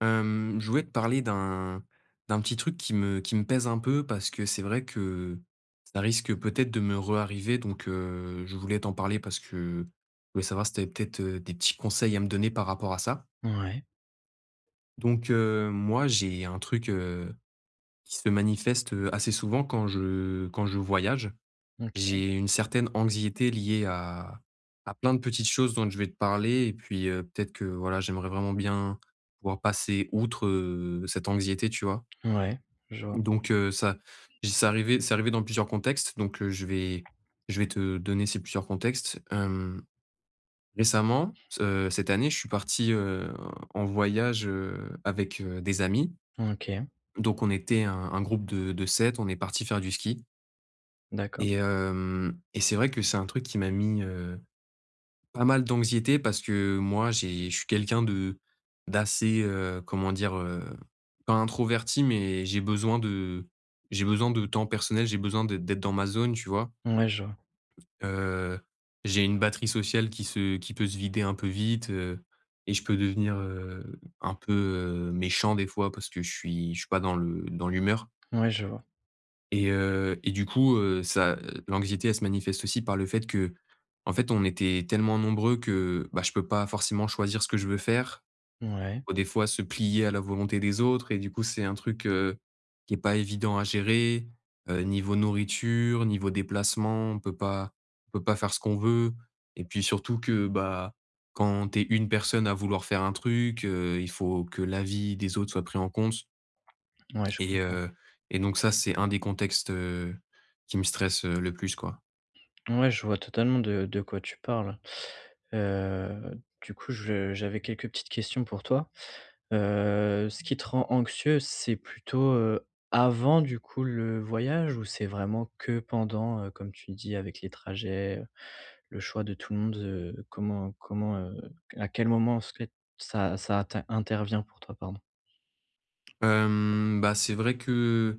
Je voulais te parler d'un petit truc qui me pèse un peu parce que c'est vrai que ça risque peut-être de me re-arriver, donc je voulais t'en parler parce que je voulais savoir si tu avais peut-être, des petits conseils à me donner par rapport à ça. Ouais, Donc moi j'ai un truc, qui se manifeste, assez souvent quand je voyage. OK. J'ai une certaine anxiété liée à plein de petites choses dont je vais te parler et puis, peut-être que voilà, j'aimerais vraiment bien pouvoir passer outre, cette anxiété, tu vois? Ouais, je vois. Donc ça j c'est arrivé dans plusieurs contextes, donc je vais te donner ces plusieurs contextes. Récemment, c cette année, je suis parti, en voyage, avec, des amis. OK, Donc on était un groupe de 7, on est parti faire du ski d'accord. et c'est vrai que c'est un truc qui m'a mis pas mal d'anxiété parce que moi, j'ai je suis quelqu'un de d'assez, comment dire? Pas introverti, mais j'ai besoin de temps personnel, j'ai besoin d'être dans ma zone, tu vois? Ouais, je vois. Heu, j'ai une batterie sociale qui peut se vider un peu vite, et je peux devenir, un peu, méchant des fois parce que je suis pas dans le dans l'humeur Ouais, je vois. Et du coup, ça, l'anxiété, elle se manifeste aussi par le fait que, en fait, on était tellement nombreux que, bah, je peux pas forcément choisir ce que je veux faire. Ouais, Faut des fois se plier à la volonté des autres et du coup, c'est un truc, qui est pas évident à gérer. Niveau nourriture, niveau déplacement, on peut pas faire ce qu'on veut et puis surtout que, bah, quand tu es une personne à vouloir faire un truc, il faut que l'avis des autres soit pris en compte. ouais, je Et comprends. heu et donc ça, c'est un des contextes, qui me stresse, le plus, quoi. Ouais, je vois totalement de quoi tu parles. Du coup, je j'avais quelques petites questions pour toi. Ce qui te rend anxieux, c'est plutôt, avant, du coup, le voyage ou c'est vraiment que pendant, comme tu dis, avec les trajets, le choix de tout le monde, comment, à quel moment, en fait, ça t'in intervient pour toi? Pardon. Bah, c'est vrai que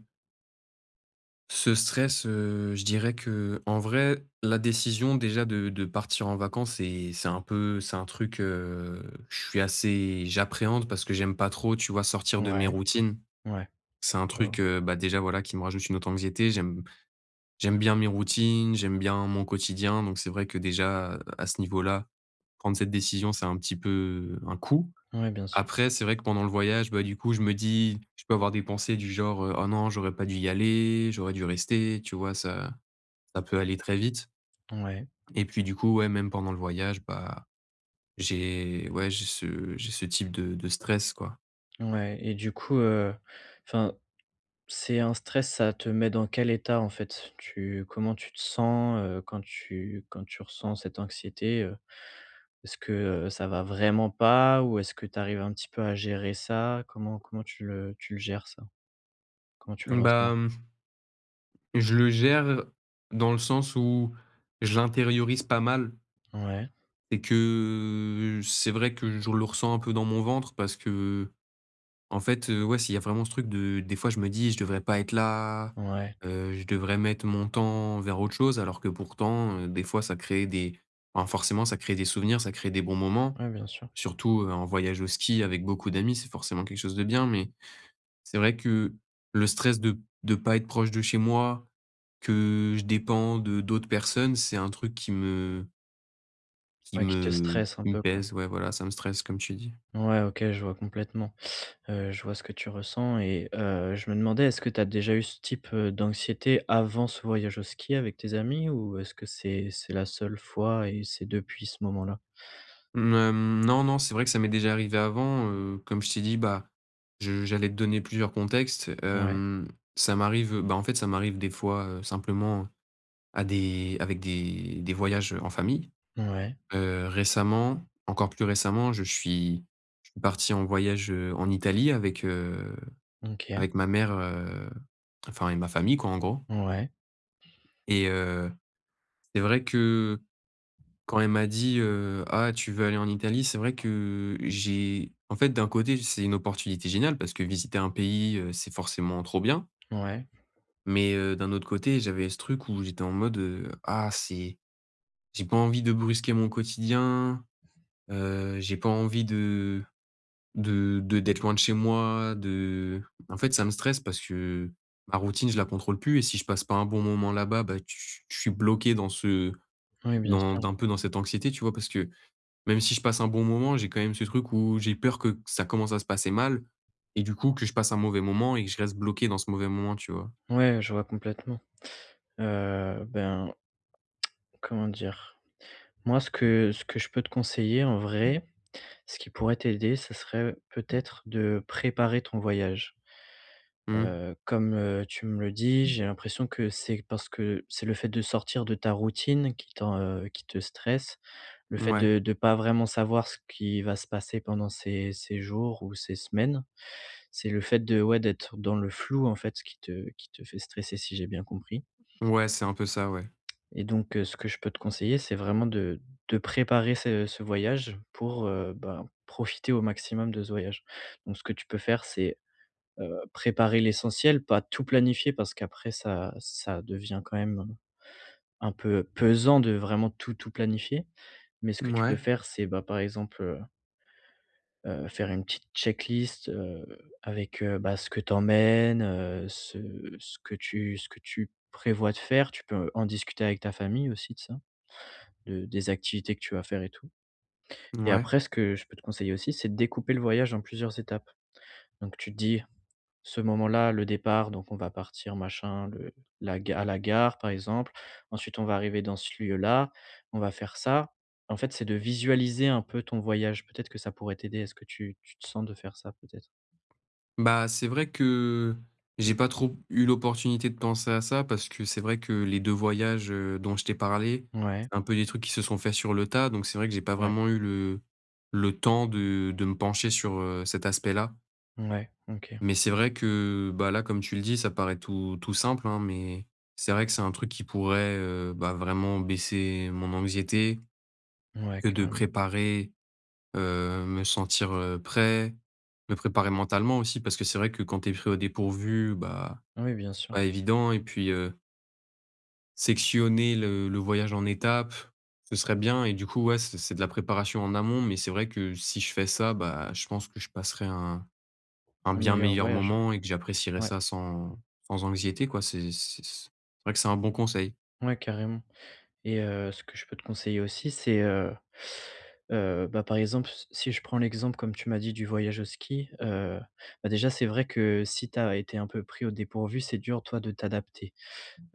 ce stress, je dirais que en vrai, la décision déjà de partir en vacances, c'est un peu c'est un truc, je suis assez j'appréhende parce que j'aime pas trop, tu vois, sortir de mes Ouais. routines. Ouais, C'est un je vois. truc, bah, déjà, voilà, qui me rajoute une autre anxiété. J'aime bien mes routines, j'aime bien mon quotidien, donc c'est vrai que déjà, à ce niveau-là, prendre cette décision, c'est un petit peu un coup. Ouais, bien sûr. Après, c'est vrai que pendant le voyage, bah, du coup, je me dis je peux avoir des pensées du genre, «Oh non, j'aurais pas dû y aller, j'aurais dû rester», tu vois? Ça peut aller très vite Ouais, et puis, du coup, ouais, même pendant le voyage, bah, j'ai ouais, j'ai ce type de stress, quoi. ouais et du coup, enfin, c'est un stress, ça te met dans quel état, en fait? Tu Comment tu te sens, quand tu ressens cette anxiété? Est-ce que, ça va vraiment pas ou est-ce que tu arrives un petit peu à gérer ça? Comment tu le gères ça? Comment tu le Bah, ressens? mmh, je le gère dans le sens où je l'intériorise pas mal Ouais, et que c'est vrai que je le ressens un peu dans mon ventre parce que, en fait, ouais, s'il y a vraiment ce truc de des fois je me dis: «Je devrais pas être là, ouais, je devrais mettre mon temps vers autre chose», alors que pourtant, des fois ça crée des enfin forcément ça crée des souvenirs, ça crée des bons moments. ouais, bien sûr. Surtout, un voyage au ski avec beaucoup d'amis, c'est forcément quelque chose de bien, mais c'est vrai que le stress de pas être proche de chez moi, que je dépends de d'autres personnes, c'est un truc qui me qui Ouais, qui te me stresse un qui me peu, quoi. pèse. Ouais, voilà, ça me stresse comme tu dis. Ouais, OK, je vois complètement. Je vois ce que tu ressens et je me demandais est-ce que tu as déjà eu ce type, d'anxiété avant ce voyage au ski avec tes amis ou est-ce que c'est la seule fois et c'est depuis ce moment-là? Mmh, non, non, c'est vrai que ça m'est déjà arrivé avant, comme je t'ai dit, bah, je j'allais te donner plusieurs contextes. Ouais, Ça m'arrive, bah, en fait, ça m'arrive des fois, simplement à des avec des voyages, en famille. ouais, Récemment, encore plus récemment, je suis parti en voyage, en Italie avec, OK, avec ma mère, enfin et ma famille quoi, en gros. ouais, Et c'est vrai que quand elle m'a dit, «Ah, tu veux aller en Italie?», c'est vrai que j'ai en fait, d'un côté, c'est une opportunité géniale parce que visiter un pays, c'est forcément trop bien. ouais. Mais, d'un autre côté, j'avais ce truc où j'étais en mode, «Ah, c'est j'ai pas envie de brusquer mon quotidien, j'ai pas envie de de d'être loin de chez moi, de». En fait, ça me stresse parce que ma routine, je la contrôle plus et si je passe pas un bon moment là-bas, bah, tu je suis bloqué dans ce Oui, bien dans sûr. d'un peu dans cette anxiété, tu vois? Parce que même si je passe un bon moment, j'ai quand même ce truc où j'ai peur que ça commence à se passer mal et du coup que je passe un mauvais moment et que je reste bloqué dans ce mauvais moment, tu vois? Ouais, je vois complètement. Ben, comment dire? Moi, ce que je peux te conseiller en vrai, ce qui pourrait t'aider, ce serait peut-être de préparer ton voyage. Mmh. Comme, tu me le dis, j'ai l'impression que c'est parce que c'est le fait de sortir de ta routine qui te stresse. Le fait Ouais, de pas vraiment savoir ce qui va se passer pendant ces jours ou ces semaines. C'est le fait de ouais, d'être dans le flou, en fait, qui te fait stresser, si j'ai bien compris ouais, c'est un peu ça, ouais. et donc ce que je peux te conseiller, c'est vraiment de préparer ce voyage pour, ben, profiter au maximum de ce voyage. Donc ce que tu peux faire, c'est préparer l'essentiel, pas tout planifier parce qu'après ça devient quand même un peu pesant de vraiment tout, tout planifier. Mais ce que tu peux Ouais, faire, c'est, bah, par exemple, faire une petite checklist, avec, bah, ce que tu emmènes, ce que tu prévois de faire. Tu peux en discuter avec ta famille aussi de ça, de des activités que tu vas faire et tout. Et ouais. après, ce que je peux te conseiller aussi, c'est de découper le voyage en plusieurs étapes. Donc tu te dis ce moment-là, le départ, donc on va partir machin, le la ga à la gare par exemple. Ensuite, on va arriver dans ce lieu-là, on va faire ça. En fait, c'est de visualiser un peu ton voyage. Peut-être que ça pourrait t'aider. Est-ce que tu te sens de faire ça peut-être? Bah, c'est vrai que j'ai pas trop eu l'opportunité de penser à ça parce que c'est vrai que les 2 voyages, dont je t'ai parlé, Ouais, c'est un peu des trucs qui se sont faits sur le tas, donc c'est vrai que j'ai pas ouais, vraiment eu le temps de me pencher sur, cet aspect-là. ouais, OK. Mais c'est vrai que, bah, là, comme tu le dis, ça paraît tout simple, hein, mais c'est vrai que c'est un truc qui pourrait, bah, vraiment baisser mon anxiété, Ouais, que de carrément. préparer, me sentir, prêt, me préparer mentalement aussi. Parce que c'est vrai que quand tu es pris au dépourvu, bah, Ah oui, bien c'est sûr. pas évident et puis, sectionner le voyage en étapes, ce serait bien et du coup, ouais, c'est de la préparation en amont, mais c'est vrai que si je fais ça, bah, je pense que je passerai un Un bien meilleur meilleur voyage, moment et ouais. que j'apprécierais Ouais, ça sans sans anxiété quoi, c'est c'est vrai que c'est un bon conseil. ouais, carrément. Et ce que je peux te conseiller aussi, c'est, bah, par exemple, s si je prends l'exemple, comme tu m'as dit, du voyage au ski, bah, déjà, c'est vrai que si tu as été un peu pris au dépourvu, c'est dur, toi, de t'adapter.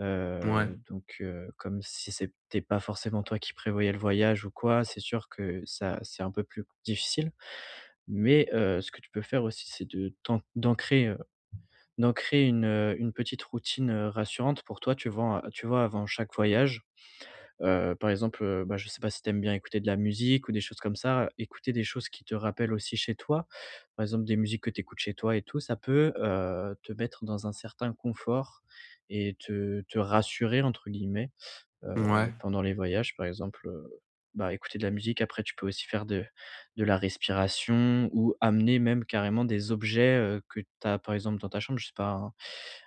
Heu, Ouais. donc heu, comme si c'était pas forcément toi qui prévoyais le voyage ou quoi, c'est sûr que ça c'est un peu plus difficile. Mais ce que tu peux faire aussi, c'est de t'an d'ancrer, d'ancrer une petite routine, rassurante pour toi, tu vois? Tu vois, avant chaque voyage, par exemple, bah, je sais pas si tu aimes bien écouter de la musique ou des choses comme ça, écouter des choses qui te rappellent aussi chez toi. Par exemple, des musiques que tu écoutes chez toi et tout, ça peut, te mettre dans un certain confort et te «rassurer» entre guillemets, heu, Ouais. pendant les voyages par exemple, bah, écouter de la musique. Après tu peux aussi faire de la respiration ou amener même carrément des objets, que tu as par exemple dans ta chambre, je sais pas,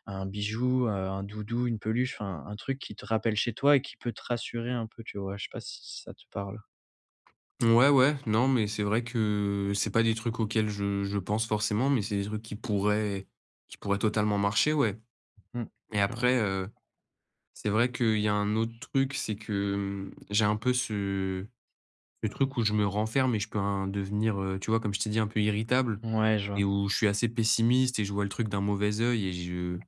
un bijou, un doudou, une peluche, enfin un truc qui te rappelle chez toi et qui peut te rassurer un peu, tu vois? Je sais pas si ça te parle? Ouais, ouais, non, mais c'est vrai que c'est pas des trucs auxquels je pense forcément, mais c'est des trucs qui pourraient totalement marcher, ouais. Mmh, Et carrément. après, c'est vrai qu'il y a un autre truc, c'est que, mmh, j'ai un peu ce ce truc où je me renferme et je peux en devenir, tu vois, comme je t'ai dit, un peu irritable Ouais, je et vois. où je suis assez pessimiste et je vois le truc d'un mauvais œil et je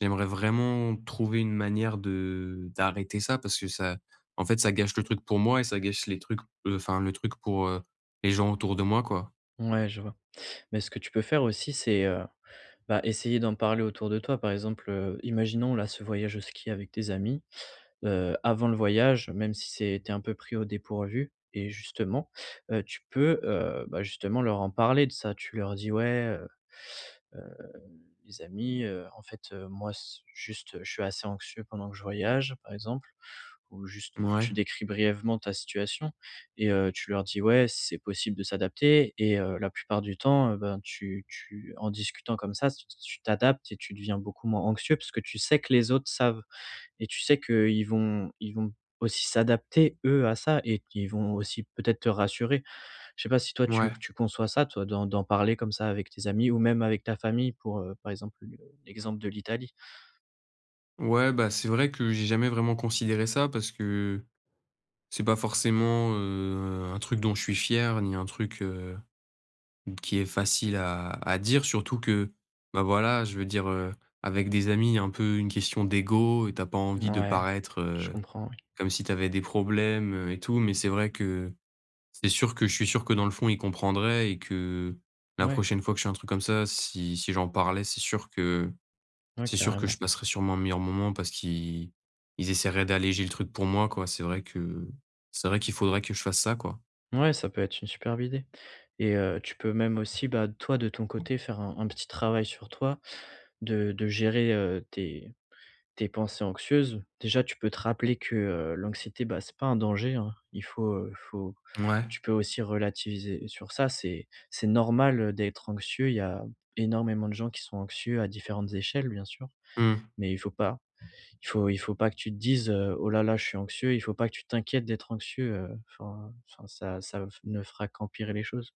j'aimerais vraiment trouver une manière de d'arrêter ça parce que ça, en fait, ça gâche le truc pour moi et ça gâche les trucs, enfin, le truc pour, les gens autour de moi, quoi. Ouais, je vois. Mais ce que tu peux faire aussi, c'est, bah, essayer d'en parler autour de toi. Par exemple, imaginons là ce voyage au ski avec tes amis, avant le voyage, même si c'est tu un peu pris au dépourvu et justement, tu peux, bah, justement leur en parler de ça. Tu leur dis: Les amis, en fait, moi s juste, je suis assez anxieux pendant que je voyage, par exemple, ou juste Ouais. tu décris brièvement ta situation et tu leur dis: «Ouais, c'est possible de s'adapter» et la plupart du temps, ben, tu en discutant comme ça, tu t'adaptes et tu deviens beaucoup moins anxieux parce que tu sais que les autres savent et tu sais qu'ils vont aussi s'adapter eux à ça et qu'ils vont aussi peut-être te rassurer. Je sais pas si toi tu Ouais. tu conçois ça, toi, d'en parler comme ça avec tes amis ou même avec ta famille pour, par exemple, le l'exemple de l'Italie? Ouais, bah, c'est vrai que j'ai jamais vraiment considéré ça parce que c'est pas forcément, un truc dont je suis fier ni un truc, qui est facile à dire. Surtout que, bah, voilà, je veux dire, avec des amis, il y a un peu une question d'ego et t'as pas envie de Ouais, paraître, je comprends, oui. comme si t'avais des problèmes, et tout. Mais c'est vrai que c'est sûr que je suis sûr que dans le fond, il comprendrait et que la Ouais, prochaine fois que je fais un truc comme ça, si j'en parlais, ouais, c'est sûr que je carrément. passerais sûrement un meilleur moment parce qu'ils essaieraient d'alléger le truc pour moi, quoi. C'est vrai que c'est vrai qu'il faudrait que je fasse ça, quoi. Ouais, ça peut être une superbe idée et tu peux même aussi, bah, toi, de ton côté, faire un petit travail sur toi, de gérer, tes pensées anxieuses, déjà, tu peux te rappeler que, l'anxiété, bah, c'est pas un danger, hein. Il faut, faut Ouais. Tu peux aussi relativiser sur ça. C'est normal, d'être anxieux. Il y a énormément de gens qui sont anxieux à différentes échelles, bien sûr, Mmh. mais il faut pas que tu te dises: «Oh là là, je suis anxieux». Il faut pas que tu t'inquiètes d'être anxieux, enfin ça ne fera qu'empirer les choses.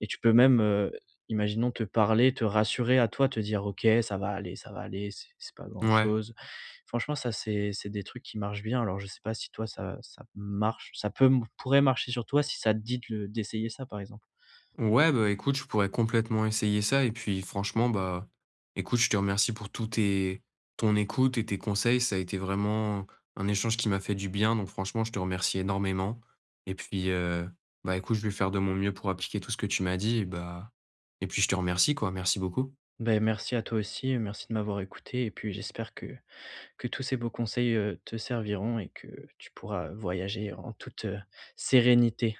Et tu peux même, imaginons te parler, te rassurer à toi, te dire: «OK, ça va aller, c'est pas Ouais. grand-chose». Franchement, ça, c'est des trucs qui marchent bien. Alors je sais pas si toi ça marche, ça peut pourrait marcher sur toi si ça te dit de le d'essayer ça, par exemple. Ouais, bah, écoute, je pourrais complètement essayer ça et puis franchement, bah, écoute, je te remercie pour tout tes ton écoute et tes conseils. Ça a été vraiment un échange qui m'a fait du bien, donc franchement, je te remercie énormément et puis, bah, écoute, je vais faire de mon mieux pour appliquer tout ce que tu m'as dit et et puis je te remercie, quoi. Merci beaucoup. Ben merci à toi aussi, merci de m'avoir écouté et puis j'espère que tous ces beaux conseils, te serviront et que tu pourras voyager en toute, sérénité.